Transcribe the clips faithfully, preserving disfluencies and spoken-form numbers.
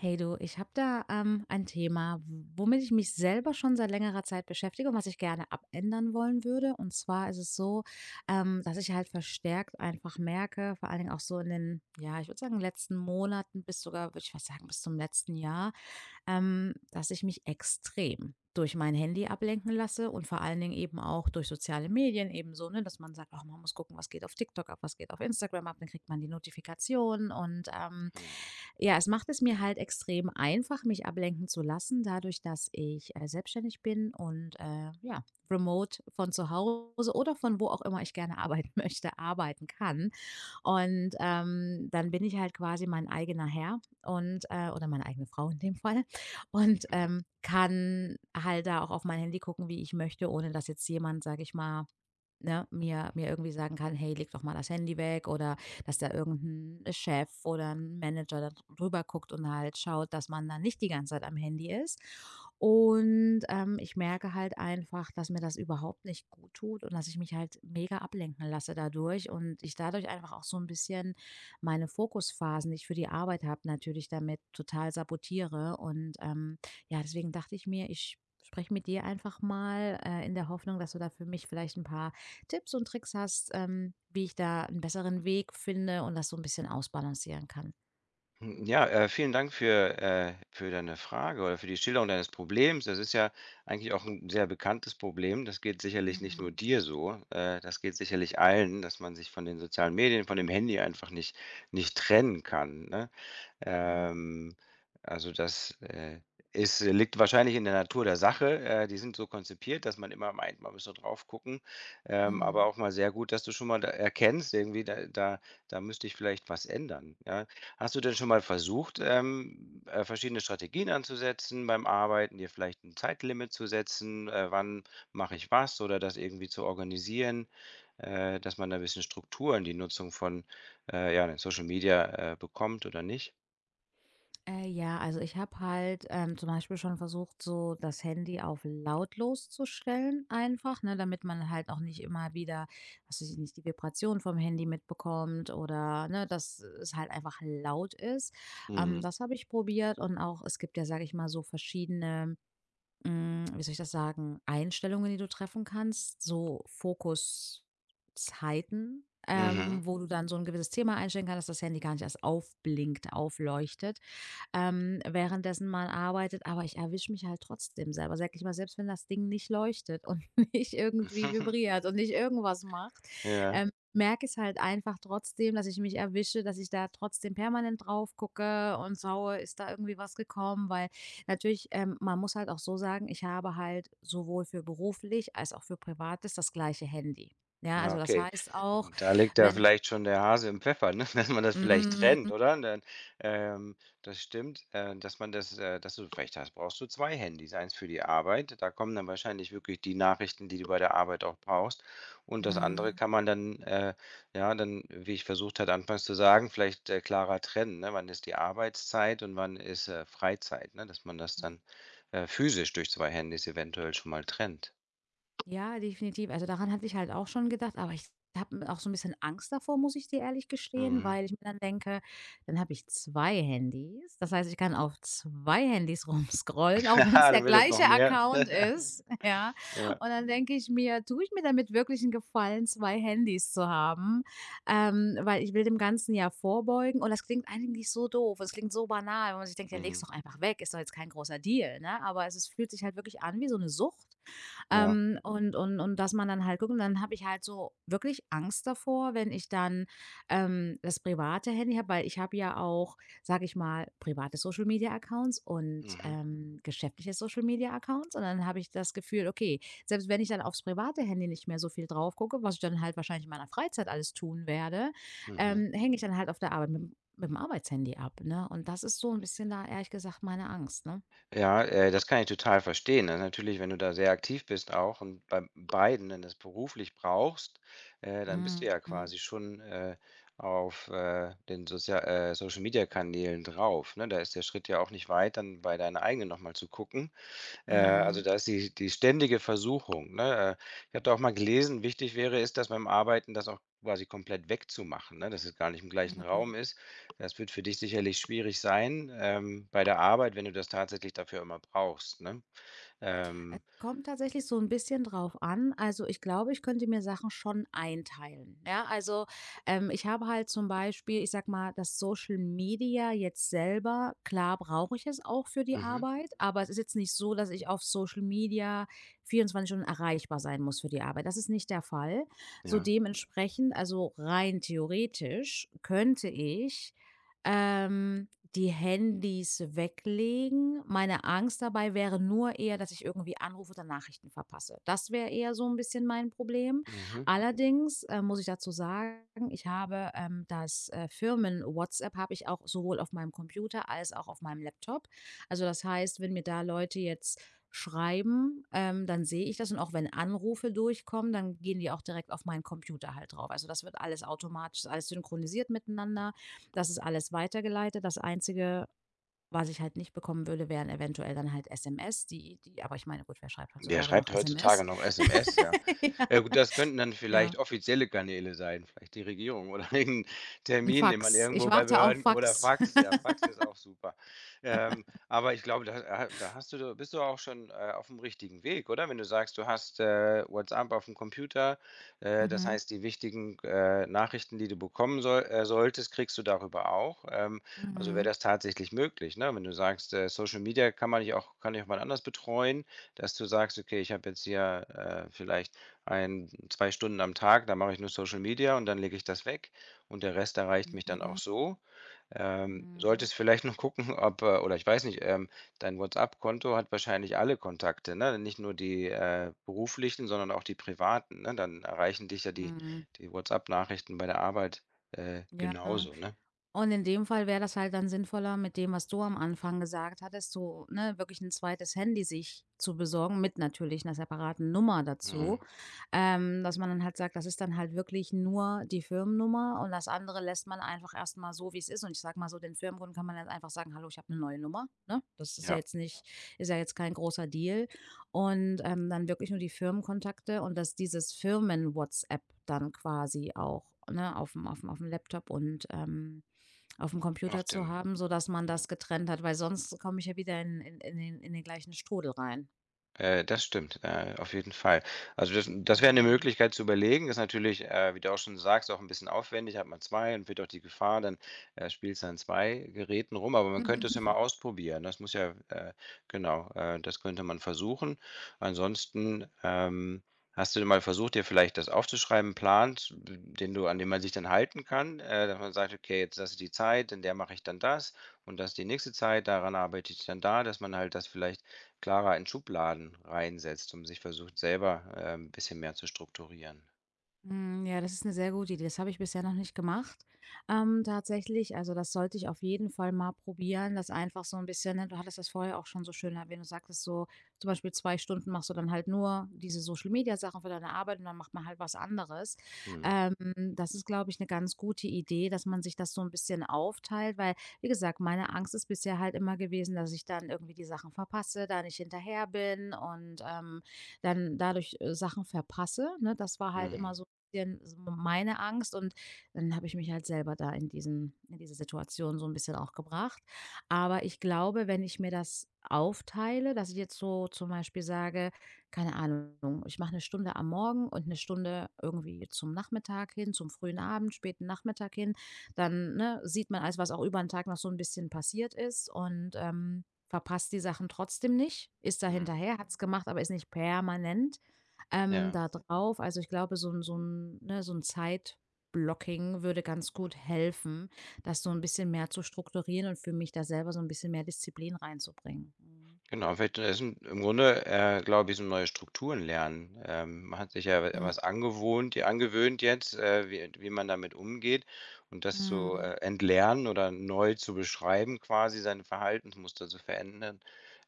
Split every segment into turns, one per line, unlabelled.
Hey du, ich habe da ähm, ein Thema, w- womit ich mich selber schon seit längerer Zeit beschäftige und was ich gerne abändern wollen würde. Und zwar ist es so, ähm, dass ich halt verstärkt einfach merke, vor allen Dingen auch so in den, ja, ich würde sagen, letzten Monaten bis sogar, würde ich fast sagen, bis zum letzten Jahr, ähm, dass ich mich extrem durch mein Handy ablenken lasse und vor allen Dingen eben auch durch soziale Medien eben so, ne, dass man sagt, ach, man muss gucken, was geht auf TikTok ab, was geht auf Instagram ab, dann kriegt man die Notifikationen und ähm,
Mhm.
ja, es macht es mir halt extrem einfach, mich ablenken zu lassen, dadurch, dass ich, äh, selbstständig bin und, äh, ja, remote von zu Hause oder von wo auch immer ich gerne arbeiten möchte, arbeiten kann. Und, ähm, dann bin ich halt quasi mein eigener Herr und, äh oder meine eigene Frau in dem Fall und, ähm, kann halt da auch auf mein Handy gucken, wie ich möchte, ohne dass jetzt jemand, sage ich mal. Ne, mir mir irgendwie sagen kann: „Hey, leg doch mal das Handy weg“, oder dass da irgendein Chef oder ein Manager da dr drüber guckt und halt schaut, dass man da nicht die ganze Zeit am Handy ist. Und, ähm, ich merke halt einfach, dass mir das überhaupt nicht gut tut und dass ich mich halt mega ablenken lasse dadurch und ich dadurch einfach auch so ein bisschen meine Fokusphasen, die ich für die Arbeit habe, natürlich damit total sabotiere. Und, ähm, ja, deswegen dachte ich mir, ich spreche mit dir einfach mal, äh, in der Hoffnung, dass du da für mich vielleicht ein paar Tipps und Tricks hast, ähm, wie ich da einen besseren Weg finde und das so ein bisschen ausbalancieren kann.
Ja, äh, vielen Dank für, äh für deine Frage oder für die Schilderung deines Problems. Das ist ja eigentlich auch ein sehr bekanntes Problem. Das geht sicherlich nicht nur
Mhm,
dir so. Äh, das geht sicherlich allen, dass man sich von den sozialen Medien, von dem Handy einfach nicht nicht trennen kann, ne?
mhm.
Ähm, also das, äh, ist äh, liegt wahrscheinlich in der Natur der Sache. Äh, die sind so konzipiert, dass man immer meint, man müsste drauf gucken. Ähm, aber
Mhm.
auch mal sehr gut, dass du schon mal da erkennst, irgendwie, da da da müsste ich vielleicht was ändern, ja. Hast du denn schon mal versucht, ähm, äh, verschiedene Strategien anzusetzen beim Arbeiten, dir vielleicht ein Zeitlimit zu setzen, äh, wann mache ich was oder das irgendwie zu organisieren, äh, dass man da 'n bisschen Struktur in die Nutzung von, äh, ja, den Social Media, äh, bekommt oder nicht?
Äh, ja, also ich habe halt, ähm, zum Beispiel schon versucht, so das Handy auf lautlos zu stellen einfach, ne, damit man halt auch nicht immer wieder, was weiß ich nicht, die Vibration vom Handy mitbekommt oder, ne, dass es halt einfach laut ist. Ähm,
Mhm.
das habe ich probiert und auch es gibt ja, sage ich mal, so verschiedene. Hm, wie soll ich das sagen, Einstellungen, die du treffen kannst, so Fokuszeiten, ähm,
Mhm.
wo du dann so ein gewisses Thema einstellen kannst, dass das Handy gar nicht erst aufblinkt, aufleuchtet, ähm, währenddessen man arbeitet, aber ich erwische mich halt trotzdem selber, sag ich mal, selbst wenn das Ding nicht leuchtet und nicht irgendwie vibriert und nicht irgendwas macht,
Ja,
ähm, merke ich halt einfach trotzdem, dass ich mich erwische, dass ich da trotzdem permanent drauf gucke und schaue, ist da irgendwie was gekommen, weil natürlich, ähm, man muss halt auch so sagen, ich habe halt sowohl für beruflich als auch für privates das gleiche Handy. Ja,
ah,
also das
okay.
heißt auch,
Da liegt ja
wenn
vielleicht schon der Hase im Pfeffer, ne? Dass man das vielleicht
mm,
trennt, oder? Dann, ähm, Das stimmt, äh, dass man das äh, dass du recht hast, brauchst du zwei Handys. Eins für die Arbeit, da kommen dann wahrscheinlich wirklich die Nachrichten, die du bei der Arbeit auch brauchst. Und das andere
mm,
kann man dann, äh, ja, dann, wie ich versucht hatte anfangs zu sagen, vielleicht, äh, klarer trennen, ne? Wann ist die Arbeitszeit und wann ist, äh, Freizeit, ne? Dass man das
mm,
dann, äh, physisch durch zwei Handys eventuell schon mal trennt.
ja, definitiv. Also, daran hatte ich halt auch schon gedacht, aber ich habe auch so ein bisschen Angst davor, muss ich dir ehrlich gestehen,
Mhm.
weil ich mir dann denke, dann habe ich zwei Handys. Das heißt, ich kann auf zwei Handys rumscrollen, auch wenn es
Ja,
der
dann wird es noch
gleiche
mehr.
Account ist, ja?
Ja,
Und dann denke ich mir, tue ich mir damit wirklich einen Gefallen, zwei Handys zu haben? Ähm, weil ich will dem Ganzen ja vorbeugen und das klingt eigentlich so doof. Es klingt so banal, wenn man sich denkt: „Ja, leg's
mhm,
doch einfach weg, ist doch jetzt kein großer Deal“, ne? Aber es ist fühlt sich halt wirklich an wie so eine Sucht.
ja,
Ähm, und und und dass man dann halt guckt und dann habe ich halt so wirklich Angst davor, wenn ich dann, ähm, das private Handy habe, weil ich habe ja auch, sage ich mal, private Social-Media-Accounts und,
mhm,
ähm, geschäftliche Social-Media-Accounts. Und dann habe ich das Gefühl, okay, selbst wenn ich dann aufs private Handy nicht mehr so viel drauf gucke, was ich dann halt wahrscheinlich in meiner Freizeit alles tun werde,
mhm.
ähm, hänge ich dann halt auf der Arbeit mit dem- mit dem Arbeitshandy ab, ne? Und das ist so ein bisschen da ehrlich gesagt meine Angst, ne?
Ja, äh, das kann ich total verstehen. Ne, natürlich, wenn du da sehr aktiv bist auch und bei beiden dann das beruflich brauchst, äh, dann bist du ja
Mhm.
quasi schon, äh, auf, äh, den Sozia äh, Social-Media-Kanälen drauf, ne? Da ist der Schritt ja auch nicht weit, dann bei deiner eigenen nochmal zu gucken. Äh, also,
Mhm.
da ist die die ständige Versuchung, ne? Äh, ich habe da auch mal gelesen, wichtig wäre es, dass beim Arbeiten das auch quasi komplett wegzumachen, ne, dass es gar nicht im gleichen Raum
Mhm.
ist. Das wird für dich sicherlich schwierig sein, ähm, bei der Arbeit, wenn du das tatsächlich dafür immer brauchst, ne?
Es
Ähm,
kommt tatsächlich so ein bisschen drauf an. Also, ich glaube, ich könnte mir Sachen schon einteilen, ja? Also, ähm, ich habe halt zum Beispiel, ich sag mal, das Social Media jetzt selber, klar brauche ich es auch für die
mhm,
Arbeit, aber es ist jetzt nicht so, dass ich auf Social Media vierundzwanzig Stunden erreichbar sein muss für die Arbeit. Das ist nicht der Fall. So
ja,
dementsprechend also rein theoretisch könnte ich ähm, die Handys weglegen. Meine Angst dabei wäre nur eher, dass ich irgendwie Anrufe oder Nachrichten verpasse. Das wäre eher so ein bisschen mein Problem.
mhm.
Allerdings, äh, muss ich dazu sagen, ich habe, ähm, das, äh, Firmen-WhatsApp habe ich auch sowohl auf meinem Computer als auch auf meinem Laptop. Also, das heißt, wenn mir da Leute jetzt schreiben, ähm, dann sehe ich das und auch wenn Anrufe durchkommen, dann gehen die auch direkt auf meinen Computer halt drauf. Also, das wird alles automatisch alles synchronisiert miteinander. Das ist alles weitergeleitet. Das Einzige, was ich halt nicht bekommen würde, wären eventuell dann halt S M S, die die aber, ich meine, gut, wer schreibt
Wer
heutzutage noch?
schreibt
Ja,
heutzutage
S M S? Gut.
noch S M S, ja?
Ja,
Ja gut, das könnten dann vielleicht
ja,
offizielle Kanäle sein, vielleicht die Regierung oder irgend
'n
Termin, den man
Fax. Ich
irgendwo bei
warte auf
Behörden oder
Fax.
Fax, ja, Fax ist auch super. Ähm, aber ich glaube, da äh, da hast du bist du auch schon, äh, auf dem richtigen Weg, oder? Wenn du sagst, du hast, äh, WhatsApp auf dem Computer, äh, das
Mhm,
heißt, die wichtigen, äh, Nachrichten, die du bekommen soll äh, solltest, kriegst du darüber auch. Ähm, also wäre
mhm,
das tatsächlich möglich, ne? Wenn du sagst, äh, Social Media kann man nicht auch kann ich auch mal anders betreuen, dass du sagst: „Okay, ich habe jetzt hier, äh, vielleicht ein zwei Stunden am Tag, da mache ich nur Social Media und dann lege ich das weg und der Rest erreicht mich dann auch
mhm,
so. Ähm,
mhm,
solltest vielleicht noch gucken, ob, äh oder ich weiß nicht, ähm, dein WhatsApp-Konto hat wahrscheinlich alle Kontakte, ne? Nicht nur die, äh, beruflichen, sondern auch die privaten, ne? Dann erreichen dich ja die
mhm,
die WhatsApp-Nachrichten bei der Arbeit, äh,
ja.
genauso, ne?
Und in dem Fall wäre das halt dann sinnvoller mit dem, was du am Anfang gesagt hattest, so, ne, wirklich ein zweites Handy sich zu besorgen, mit natürlich einer separaten Nummer dazu.
Mhm.
Ähm, dass man dann halt sagt, das ist dann halt wirklich nur die Firmennummer und das andere lässt man einfach erst mal so, wie es ist. Und ich sage mal so, den Firmenkunden kann man dann einfach sagen: „Hallo, ich habe eine neue Nummer“, ne? Das ist ja
Ja,
jetzt nicht ist ja jetzt kein großer Deal. Und, ähm, dann wirklich nur die Firmenkontakte und dass dieses Firmen-WhatsApp dann quasi auch, ne, auf dem aufm aufm Laptop und, ähm, auf'm
auf
Computer zu
dem
haben, sodass man
ja.
das getrennt hat, weil sonst komme ich ja wieder in in in den in den gleichen Strudel rein.
Äh, das stimmt, äh, auf jeden Fall. Also das das wäre eine
Mhm.
Möglichkeit zu überlegen. Ist natürlich, äh, wie du auch schon sagst, auch ein bisschen aufwendig, hat man zwei, und wird auch die Gefahr, dann, äh, spielst du an zwei Geräten rum, aber man könnte es ja mal ausprobieren. Das muss ja äh, genau, äh, das könnte man versuchen. Ansonsten, ähm, hast du mal versucht, dir vielleicht das aufzuschreiben, 'n Plan, z den du an dem man sich dann halten kann, äh, dass man sagt: „Okay, jetzt das ist die Zeit, in der mache ich dann das und das ist die nächste Zeit, daran arbeite ich dann da“, dass man halt das vielleicht klarer in Schubladen reinsetzt und sich versucht, selber, äh, 'n bisschen mehr zu strukturieren.
Hm, ja, das ist eine sehr gute Idee. Das habe ich bisher noch nicht gemacht, ähm, tatsächlich. Also, das sollte ich auf jeden Fall mal probieren, das einfach so ein bisschen, ne, du hattest das vorher auch schon so schön erwähnt. Du sagtest so, zum Beispiel zwei Stunden machst du dann halt nur diese Social-Media-Sachen für deine Arbeit und dann macht man halt was anderes.
Mhm.
Ähm, das ist, glaube ich, eine ganz gute Idee, dass man sich das so ein bisschen aufteilt, weil, wie gesagt, meine Angst ist bisher halt immer gewesen, dass ich dann irgendwie die Sachen verpasse, da nicht hinterher bin und, ähm, dann dadurch, äh, Sachen verpasse, ne? Das war halt immer
Mhm.
so bisschen so meine Angst und dann habe ich mich halt selber da in diesen in diese Situation so ein bisschen auch gebracht. Aber ich glaube, wenn ich mir das aufteile, dass ich jetzt so zum Beispiel sage, keine Ahnung, ich mache eine Stunde am Morgen und eine Stunde irgendwie zum Nachmittag hin, zum frühen Abend, späten Nachmittag hin, dann, ne, sieht man alles, was auch über den Tag noch so ein bisschen passiert ist und, ähm, verpasst die Sachen trotzdem nicht, ist da
Mhm.
hinterher, hat es gemacht, aber ist nicht permanent. Ähm,
Ja.
da drauf. Also, ich glaube, so ein so ein ne, so ein Zeitblocking würde ganz gut helfen, das so ein bisschen mehr zu strukturieren und für mich da selber so ein bisschen mehr Disziplin reinzubringen. Mhm.
Genau, vielleicht äh, ist 'n im Grunde, äh, glaube ich, so neue Strukturen lernen. Ähm, man hat sich ja w
Mhm.
was angewohnt ja, angewöhnt jetzt, äh, wie wie man damit umgeht und das zu,
Mhm.
äh, entlernen oder neu zu beschreiben quasi, seine Verhaltensmuster zu verändern,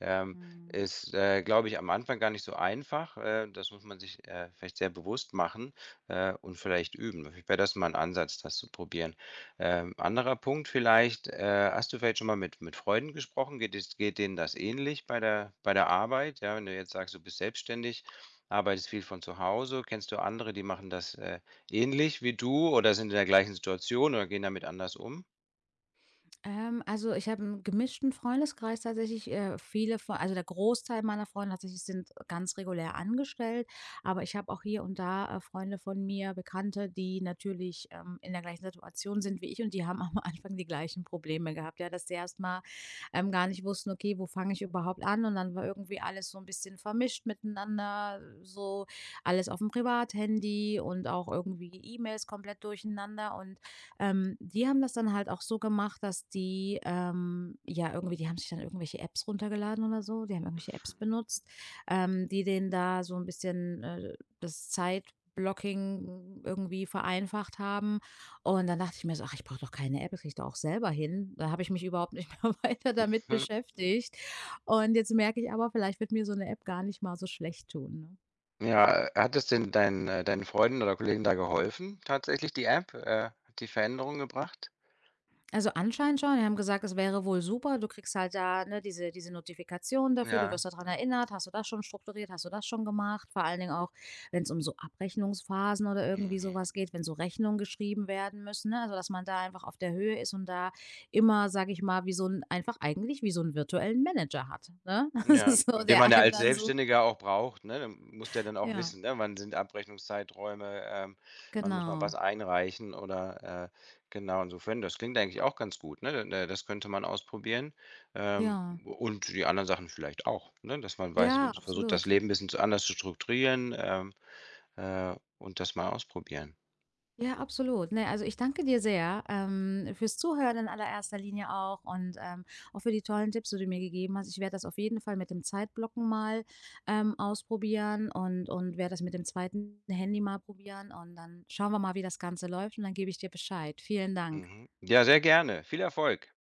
ähm,
Mhm.
ist, äh, glaube ich, am Anfang gar nicht so einfach. Äh, das muss man sich, äh, vielleicht sehr bewusst machen, äh, und vielleicht üben. Vielleicht wäre das mal ein Ansatz, das zu probieren. Ähm, anderer Punkt vielleicht, äh, hast du vielleicht schon mal mit mit Freunden gesprochen? Geht es geht denen das ähnlich bei der bei der Arbeit? Ja, wenn du jetzt sagst, du bist selbstständig, arbeitest viel von zu Hause, kennst du andere, die machen das, äh, ähnlich wie du oder sind in der gleichen Situation oder gehen damit anders um?
Ähm, also, ich habe einen gemischten Freundeskreis tatsächlich. Äh, viele von, also, der Großteil meiner Freunde tatsächlich sind ganz regulär angestellt, aber ich habe auch hier und da, äh, Freunde von mir, Bekannte, die natürlich, ähm, in der gleichen Situation sind wie ich und die haben am Anfang die gleichen Probleme gehabt, ja, dass sie erst mal, ähm, gar nicht wussten: „Okay, wo fange ich überhaupt an?“ Und dann war irgendwie alles so ein bisschen vermischt miteinander, so alles auf dem Privathandy und auch irgendwie E-Mails komplett durcheinander und ähm, die haben das dann halt auch so gemacht, dass die, ähm, ja, irgendwie die haben sich dann irgendwelche Apps runtergeladen oder so, die haben irgendwelche Apps benutzt, ähm, die denen da so ein bisschen, äh, das Zeitblocking irgendwie vereinfacht haben. Und dann dachte ich mir so: „Ach, ich brauche doch keine App, das kriege ich doch auch selber hin.“ Da habe ich mich überhaupt nicht mehr weiter damit
Mhm.
beschäftigt. Und jetzt merke ich aber, vielleicht wird mir so eine App gar nicht mal so schlecht tun, ne?
Ja, äh, hat es denn deinen äh, deinen Freunden oder Kollegen da geholfen, tatsächlich die App? Äh, hat die Veränderung gebracht?
Also, anscheinend schon. Die haben gesagt, es wäre wohl super. Du kriegst halt da, ne, diese diese Notifikation dafür. Du
Ja.
wirst daran erinnert: „Hast du das schon strukturiert? Hast du das schon gemacht?“ Vor allen Dingen auch, wenn es um so Abrechnungsphasen oder irgendwie
Mhm.
sowas geht, wenn so Rechnungen geschrieben werden müssen, ne? Also, dass man da einfach auf der Höhe ist und da immer, sage ich mal, wie so ein einfach eigentlich wie so einen virtuellen Manager hat, ne? Das
Ja,
ist so,
den man
der
ja
einem
als
dann so
Selbstständiger auch braucht, ne? Du musst ja dann auch
ja,
wissen, ne, wann sind Abrechnungszeiträume, ähm, wann muss man was
genau.
einreichen oder, äh genau, insofern, das klingt eigentlich auch ganz gut, ne? D Das könnte man ausprobieren, ähm,
Ja.
und die anderen Sachen vielleicht auch, ne, dass man weiß
Ja,
versucht, das
absolut.
Leben 'n bisschen zu anders zu strukturieren, ähm, äh, und das mal ausprobieren.
Ja, absolut. Ne, also ich danke dir sehr ähm, fürs Zuhören in allererster Linie auch und ähm, auch für die tollen Tipps, die du mir gegeben hast. Ich werde das auf jeden Fall mit dem Zeitblocken mal ähm, ausprobieren und, und werde das mit dem zweiten Handy mal probieren und dann schauen wir mal, wie das Ganze läuft und dann gebe ich dir Bescheid. Vielen Dank.
Mhm. Ja, sehr gerne. Viel Erfolg.